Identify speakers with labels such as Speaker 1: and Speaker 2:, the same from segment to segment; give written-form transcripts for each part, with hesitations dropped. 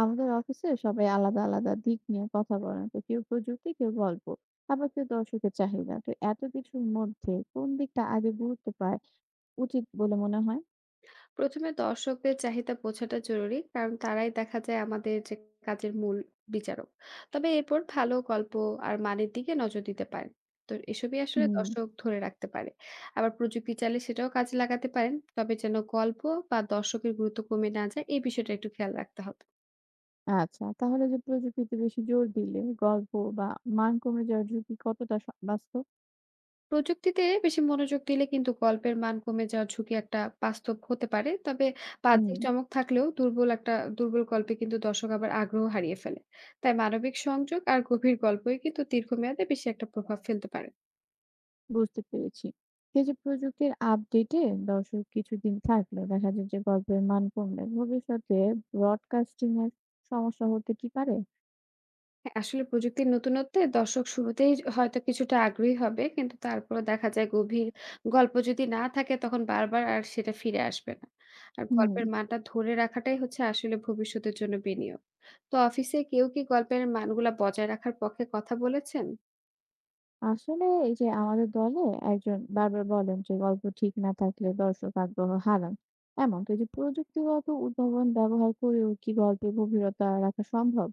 Speaker 1: আমাদের অফিসে সবাই আলাদা আলাদা দিক নিয়ে কথা বলেন, তো কেউ প্রযুক্তি, কেউ গল্প, আবার কেউ দর্শকের চাহিদা। তো এত কিছুর মধ্যে কোন দিকটা আগে গুরুত্ব পায় উচিত বলে মনে হয়?
Speaker 2: প্রথমে দর্শকদের চাহিদা বোঝাটা জরুরি, কারণ তারাই দেখা যায় আমাদের যে কাজের মূল বিচারক। তবে এরপর ভালো গল্প আর মানের দিকে নজর দিতে পারেন। তো এসবই আসলে
Speaker 1: হুম
Speaker 2: দর্শক ধরে রাখতে পারে। আবার প্রযুক্তি চাইলে সেটাও কাজে লাগাতে পারেন, তবে যেন গল্প বা দর্শকের গুরুত্ব কমে না যায়, এই বিষয়টা একটু খেয়াল রাখতে হবে।
Speaker 1: আচ্ছা, তাহলে যে প্রযুক্তিতে বেশি জোর দিলে গল্প বা মান কমে যাওয়ার ঝুঁকি কতটা বাস্তব?
Speaker 2: প্রযুক্তিতে বেশি মনোযোগ দিলে কিন্তু গল্পের মান কমে যাওয়ার ঝুঁকি একটা বাস্তব হতে পারে। তবে
Speaker 1: হুম
Speaker 2: বাহ্যিক চমক থাকলেও দুর্বল গল্পে কিন্তু দর্শক আবার আগ্রহ হারিয়ে ফেলে। তাই মানবিক সংযোগ আর গভীর গল্পই কিন্তু দীর্ঘমেয়াদে বেশি একটা প্রভাব ফেলতে পারে।
Speaker 1: বুঝতে পেরেছি। এই যে প্রযুক্তির আপডেটে দর্শক কিছুদিন থাকলে দেখা যায় যে গল্পের মান কমলে ভবিষ্যতে ব্রডকাস্টিং এর সমস্যা হতে কি পারে?
Speaker 2: হ্যাঁ, আসলে প্রযুক্তির নতুনত্বে দর্শক শুরুতেই হয়তো কিছুটা আগ্রহী হবে, কিন্তু তারপরে দেখা যায় গভীর গল্প যদি না থাকে তখন বারবার আর সেটা ফিরে আসবে না। আর
Speaker 1: হুম
Speaker 2: গল্পের মানটা ধরে রাখাটাই হচ্ছে আসলে ভবিষ্যতের জন্য বিনিয়োগ। তো অফিসে কেউ কি গল্পের মানগুলা বজায় রাখার পক্ষে কথা বলেছেন?
Speaker 1: আসলে এই যে আমাদের দলে একজন বারবার বলেন যে গল্প ঠিক না থাকলে দর্শক আগ্রহ হারান এমন। তো এই যে প্রযুক্তিগত উদ্ভাবন ব্যবহার করেও কি গল্পে গভীরতা রাখা সম্ভব?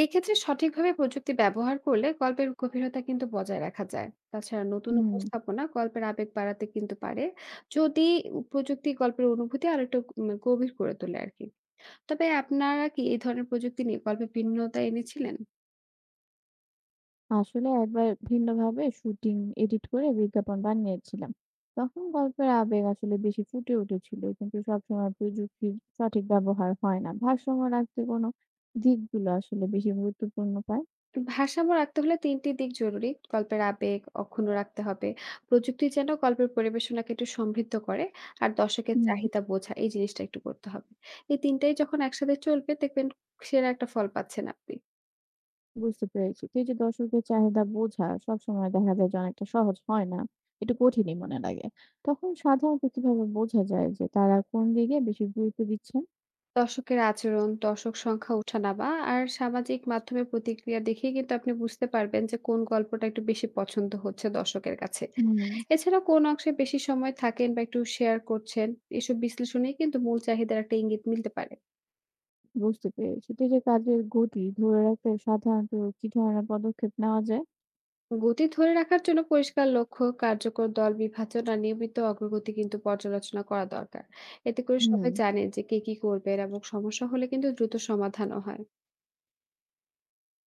Speaker 2: এই ক্ষেত্রে সঠিকভাবে প্রযুক্তি ব্যবহার করলে গল্পের গভীরতা কিন্তু বজায় রাখা যায়। তাছাড়া নতুন
Speaker 1: হুম
Speaker 2: উপস্থাপনা গল্পের আবেগ বাড়াতে কিন্তু পারে। যদি প্রযুক্তি গল্পের অনুভূতি আর একটু গভীর করে তোলে আর কি। তবে আপনারা কি এই ধরনের প্রযুক্তি নিয়ে গল্পে ভিন্নতা এনেছিলেন?
Speaker 1: আসলে একবার ভিন্নভাবে শুটিং এডিট করে বিজ্ঞাপন বানিয়েছিলাম, তখন গল্পের আবেগ আসলে বেশি ফুটে উঠেছিল। কিন্তু সবসময় প্রযুক্তির সঠিক ব্যবহার হয় না। ভারসাম্য রাখতে কোনো দিকগুলো আসলে বেশি গুরুত্বপূর্ণ পায়?
Speaker 2: ভারসাম্য রাখতে হলে ৩ টি দিক জরুরি। গল্পের আবেগ অক্ষুণ্ণ রাখতে হবে। প্রযুক্তি যেন গল্পের পরিবেশনাকে একটু সমৃদ্ধ করে। আর দর্শকের
Speaker 1: হুম,
Speaker 2: চাহিদা বোঝা এই জিনিসটা একটু করতে হবে। এই ৩ টাই যখন একসাথে চলবে দেখবেন সেরা একটা ফল পাচ্ছেন আপনি।
Speaker 1: বুঝতে পেরেছি। তো এই যে দর্শকদের চাহিদা বোঝা সবসময় দেখা যায় যে অনেকটা সহজ হয় না। একটু কঠিনই মনে লাগে। তখন সাধারণত কিভাবে বোঝা যায় যে তারা কোন দিকে বেশি গুরুত্ব দিচ্ছেন?
Speaker 2: দর্শকের আচরণ, দর্শক সংখ্যা ওঠানামা আর সামাজিক মাধ্যমে প্রতিক্রিয়া দেখেই কিন্তু আপনি বুঝতে পারবেন যে কোন গল্পটা একটু বেশি পছন্দ হচ্ছে দর্শকের কাছে।
Speaker 1: হুম।
Speaker 2: এছাড়া কোন অংশে বেশি সময় থাকেন বা একটু শেয়ার করছেন, এসব বিশ্লেষণেই কিন্তু মূল চাহিদার একটা ইঙ্গিত মিলতে পারে।
Speaker 1: বুঝতে পেরেছি। তো এই যে কাজের গতি ধরে রাখতে সাধারণত কি ধরনের পদক্ষেপ নেওয়া যায়?
Speaker 2: গতি ধরে রাখার জন্য পরিষ্কার লক্ষ্য, কার্যকর দল বিভাজন আর নিয়মিত অগ্রগতি কিন্তু পর্যালোচনা করা দরকার। এতে করে
Speaker 1: হুম।
Speaker 2: সবাই জানে যে কে কি করবে এবং সমস্যা হলে কিন্তু দ্রুত সমাধানও হয়।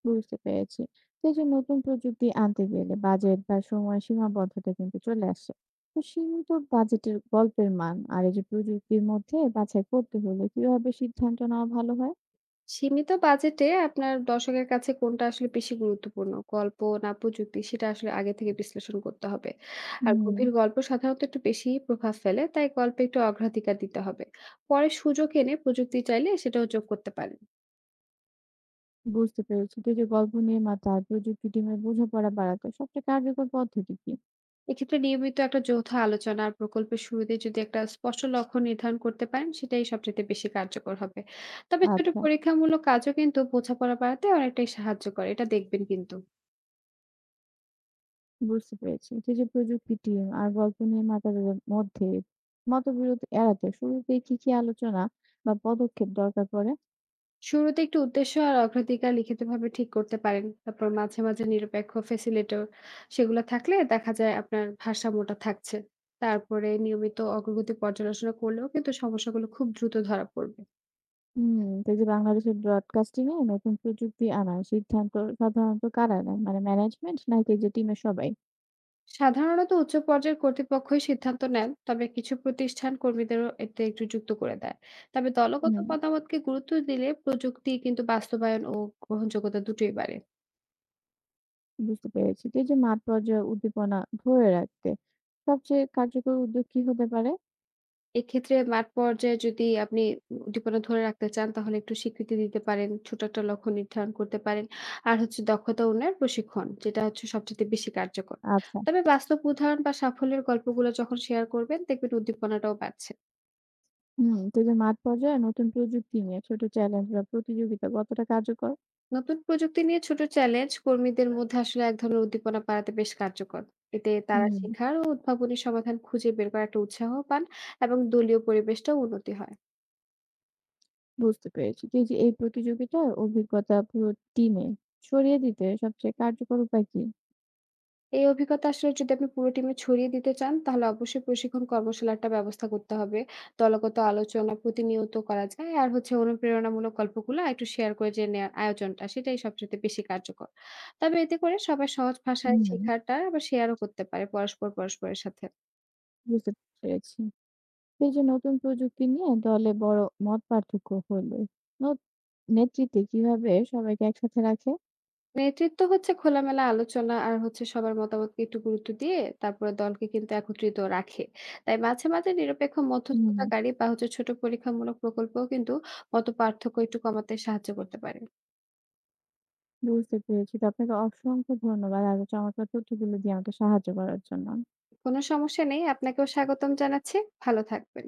Speaker 1: বুঝতে পেরেছি। তো এই যে নতুন প্রযুক্তি আনতে গেলে বাজেট বা সময় সীমাবদ্ধতা কিন্তু চলে আসে। তো সীমিত বাজেটের গল্পের মান আর এই যে প্রযুক্তির মধ্যে বাছাই করতে হলে কিভাবে সিদ্ধান্ত নেওয়া ভালো হয়?
Speaker 2: সীমিত বাজেটে আপনার দর্শকের কাছে কোনটা আসলে বেশি গুরুত্বপূর্ণ, গল্প না প্রযুক্তি, সেটা আসলে আগে থেকে বিশ্লেষণ করতে হবে। আর
Speaker 1: হুম।
Speaker 2: গভীর গল্প সাধারণত একটু বেশি প্রভাব ফেলে, তাই গল্পে একটু অগ্রাধিকার দিতে হবে। পরে সুযোগ এনে প্রযুক্তি চাইলে সেটাও যোগ করতে পারেন।
Speaker 1: বুঝতে পেরেছি। তো এই যে গল্প নির্মাতা আর প্রযুক্তি টিমের বোঝাপড়া বাড়াতে সবচেয়ে কার্যকর পদ্ধতি কি?
Speaker 2: এক্ষেত্রে নিয়মিত একটা যৌথ আলোচনা আর প্রকল্পের শুরুতে যদি একটা স্পষ্ট লক্ষ্য নির্ধারণ করতে পারেন, সেটাই সবচেয়ে বেশি কার্যকর হবে। তবে ছোট
Speaker 1: আচ্ছা,
Speaker 2: পরীক্ষামূলক কাজও কিন্তু বোঝাপড়া বাড়াতে অনেকটাই সাহায্য করে, এটা দেখবেন কিন্তু।
Speaker 1: বুঝতে পেরেছি। তো এই যে প্রযুক্তি টিম আর গল্প নির্মাতাদের মধ্যে মতবিরোধ এড়াতে শুরুতে কি, কি আলোচনা বা পদক্ষেপ দরকার পড়ে?
Speaker 2: শুরুতে একটু উদ্দেশ্য আর অগ্রাধিকার লিখিতভাবে ঠিক করতে পারেন, তারপর মাঝে মাঝে নিরপেক্ষ ফেসিলেটর সেগুলো থাকলে দেখা যায় আপনার ভারসাম্যটা থাকছে। তারপরে নিয়মিত অগ্রগতি পর্যালোচনা করলেও কিন্তু সমস্যাগুলো খুব দ্রুত ধরা পড়বে।
Speaker 1: হুম, তো এই যে বাংলাদেশের ব্রডকাস্টিং এ নতুন প্রযুক্তি আনার সিদ্ধান্ত সাধারণত কারা নেয়? মানে ম্যানেজমেন্ট নাকি এই যে টিমের সবাই?
Speaker 2: সাধারণত উচ্চ পর্যায়ের কর্তৃপক্ষই সিদ্ধান্ত নেন, তবে কিছু প্রতিষ্ঠান কর্মীদেরও এতে একটু যুক্ত করে দেয়। তবে দলগত
Speaker 1: হুম,
Speaker 2: মতামতকে গুরুত্ব দিলে প্রযুক্তি কিন্তু বাস্তবায়ন ও গ্রহণযোগ্যতা দুটোই বাড়ে।
Speaker 1: বুঝতে পেরেছি। তো এই যে মাঠ পর্যায়ে উদ্দীপনা ধরে রাখতে সবচেয়ে কার্যকর উদ্যোগ কি হতে পারে?
Speaker 2: এক্ষেত্রে মাঠ পর্যায়ে যদি আপনি উদ্দীপনা ধরে রাখতে চান, তাহলে একটু স্বীকৃতি দিতে পারেন, ছোট একটা লক্ষ্য নির্ধারণ করতে পারেন। আর হচ্ছে দক্ষতা উন্নয়ন প্রশিক্ষণ, যেটা হচ্ছে সবচেয়ে বেশি কার্যকর।
Speaker 1: আচ্ছা।
Speaker 2: তবে বাস্তব উদাহরণ বা সাফল্যের গল্পগুলো যখন শেয়ার করবেন, দেখবেন উদ্দীপনাটাও বাড়ছে।
Speaker 1: হুম, তো যে মাঠ পর্যায়ে নতুন প্রযুক্তি নিয়ে ছোট চ্যালেঞ্জ বা প্রতিযোগিতা কতটা কার্যকর?
Speaker 2: নতুন প্রযুক্তি নিয়ে ছোট চ্যালেঞ্জ কর্মীদের মধ্যে আসলে এক ধরনের উদ্দীপনা বাড়াতে বেশ কার্যকর। এতে তারা
Speaker 1: হুম,
Speaker 2: শেখার ও উদ্ভাবনী সমাধান খুঁজে বের করার একটা উৎসাহ পান এবং দলীয় পরিবেশটাও উন্নতি হয়।
Speaker 1: বুঝতে পেরেছি। তো এই যে এই প্রতিযোগিতার অভিজ্ঞতা পুরো টিমে ছড়িয়ে দিতে সবচেয়ে কার্যকর উপায় কি?
Speaker 2: এই অভিজ্ঞতা আসলে যদি আপনি পুরো টিমে ছড়িয়ে দিতে চান, তাহলে অবশ্যই প্রশিক্ষণ কর্মশালাটা ব্যবস্থা করতে হবে। দলগত আলোচনা প্রতিনিয়ত করা যায় আর হচ্ছে অনুপ্রেরণামূলক গল্পগুলো একটু শেয়ার করে যে নেওয়ার আয়োজনটা, সেটাই সবচেয়ে বেশি কার্যকর। তবে এতে করে সবাই সহজ ভাষায়
Speaker 1: হুম।
Speaker 2: শেখাটা আবার শেয়ারও করতে পারে পরস্পর পরস্পরের সাথে।
Speaker 1: বুঝতে পেরেছি। তো এই যে নতুন প্রযুক্তি নিয়ে দলে বড় মত পার্থক্য হলে ন- নেতৃত্বে কিভাবে সবাইকে একসাথে রাখে?
Speaker 2: নেতৃত্ব হচ্ছে খোলামেলা আলোচনা আর হচ্ছে সবার মতামতকে একটু গুরুত্ব দিয়ে তারপরে দলকে কিন্তু একত্রিত রাখে। তাই মাঝে মাঝে নিরপেক্ষ
Speaker 1: হুম।
Speaker 2: মধ্যস্থতাকারী বা হচ্ছে ছোট পরীক্ষামূলক প্রকল্পও কিন্তু মত পার্থক্য একটু কমাতে সাহায্য করতে পারে।
Speaker 1: বুঝতে পেরেছি। তো আপনাকে অসংখ্য ধন্যবাদ আরো চমৎকার তথ্যগুলো দিয়ে আমাকে সাহায্য করার জন্য।
Speaker 2: কোনো সমস্যা নেই, আপনাকেও স্বাগতম জানাচ্ছি। ভালো থাকবেন।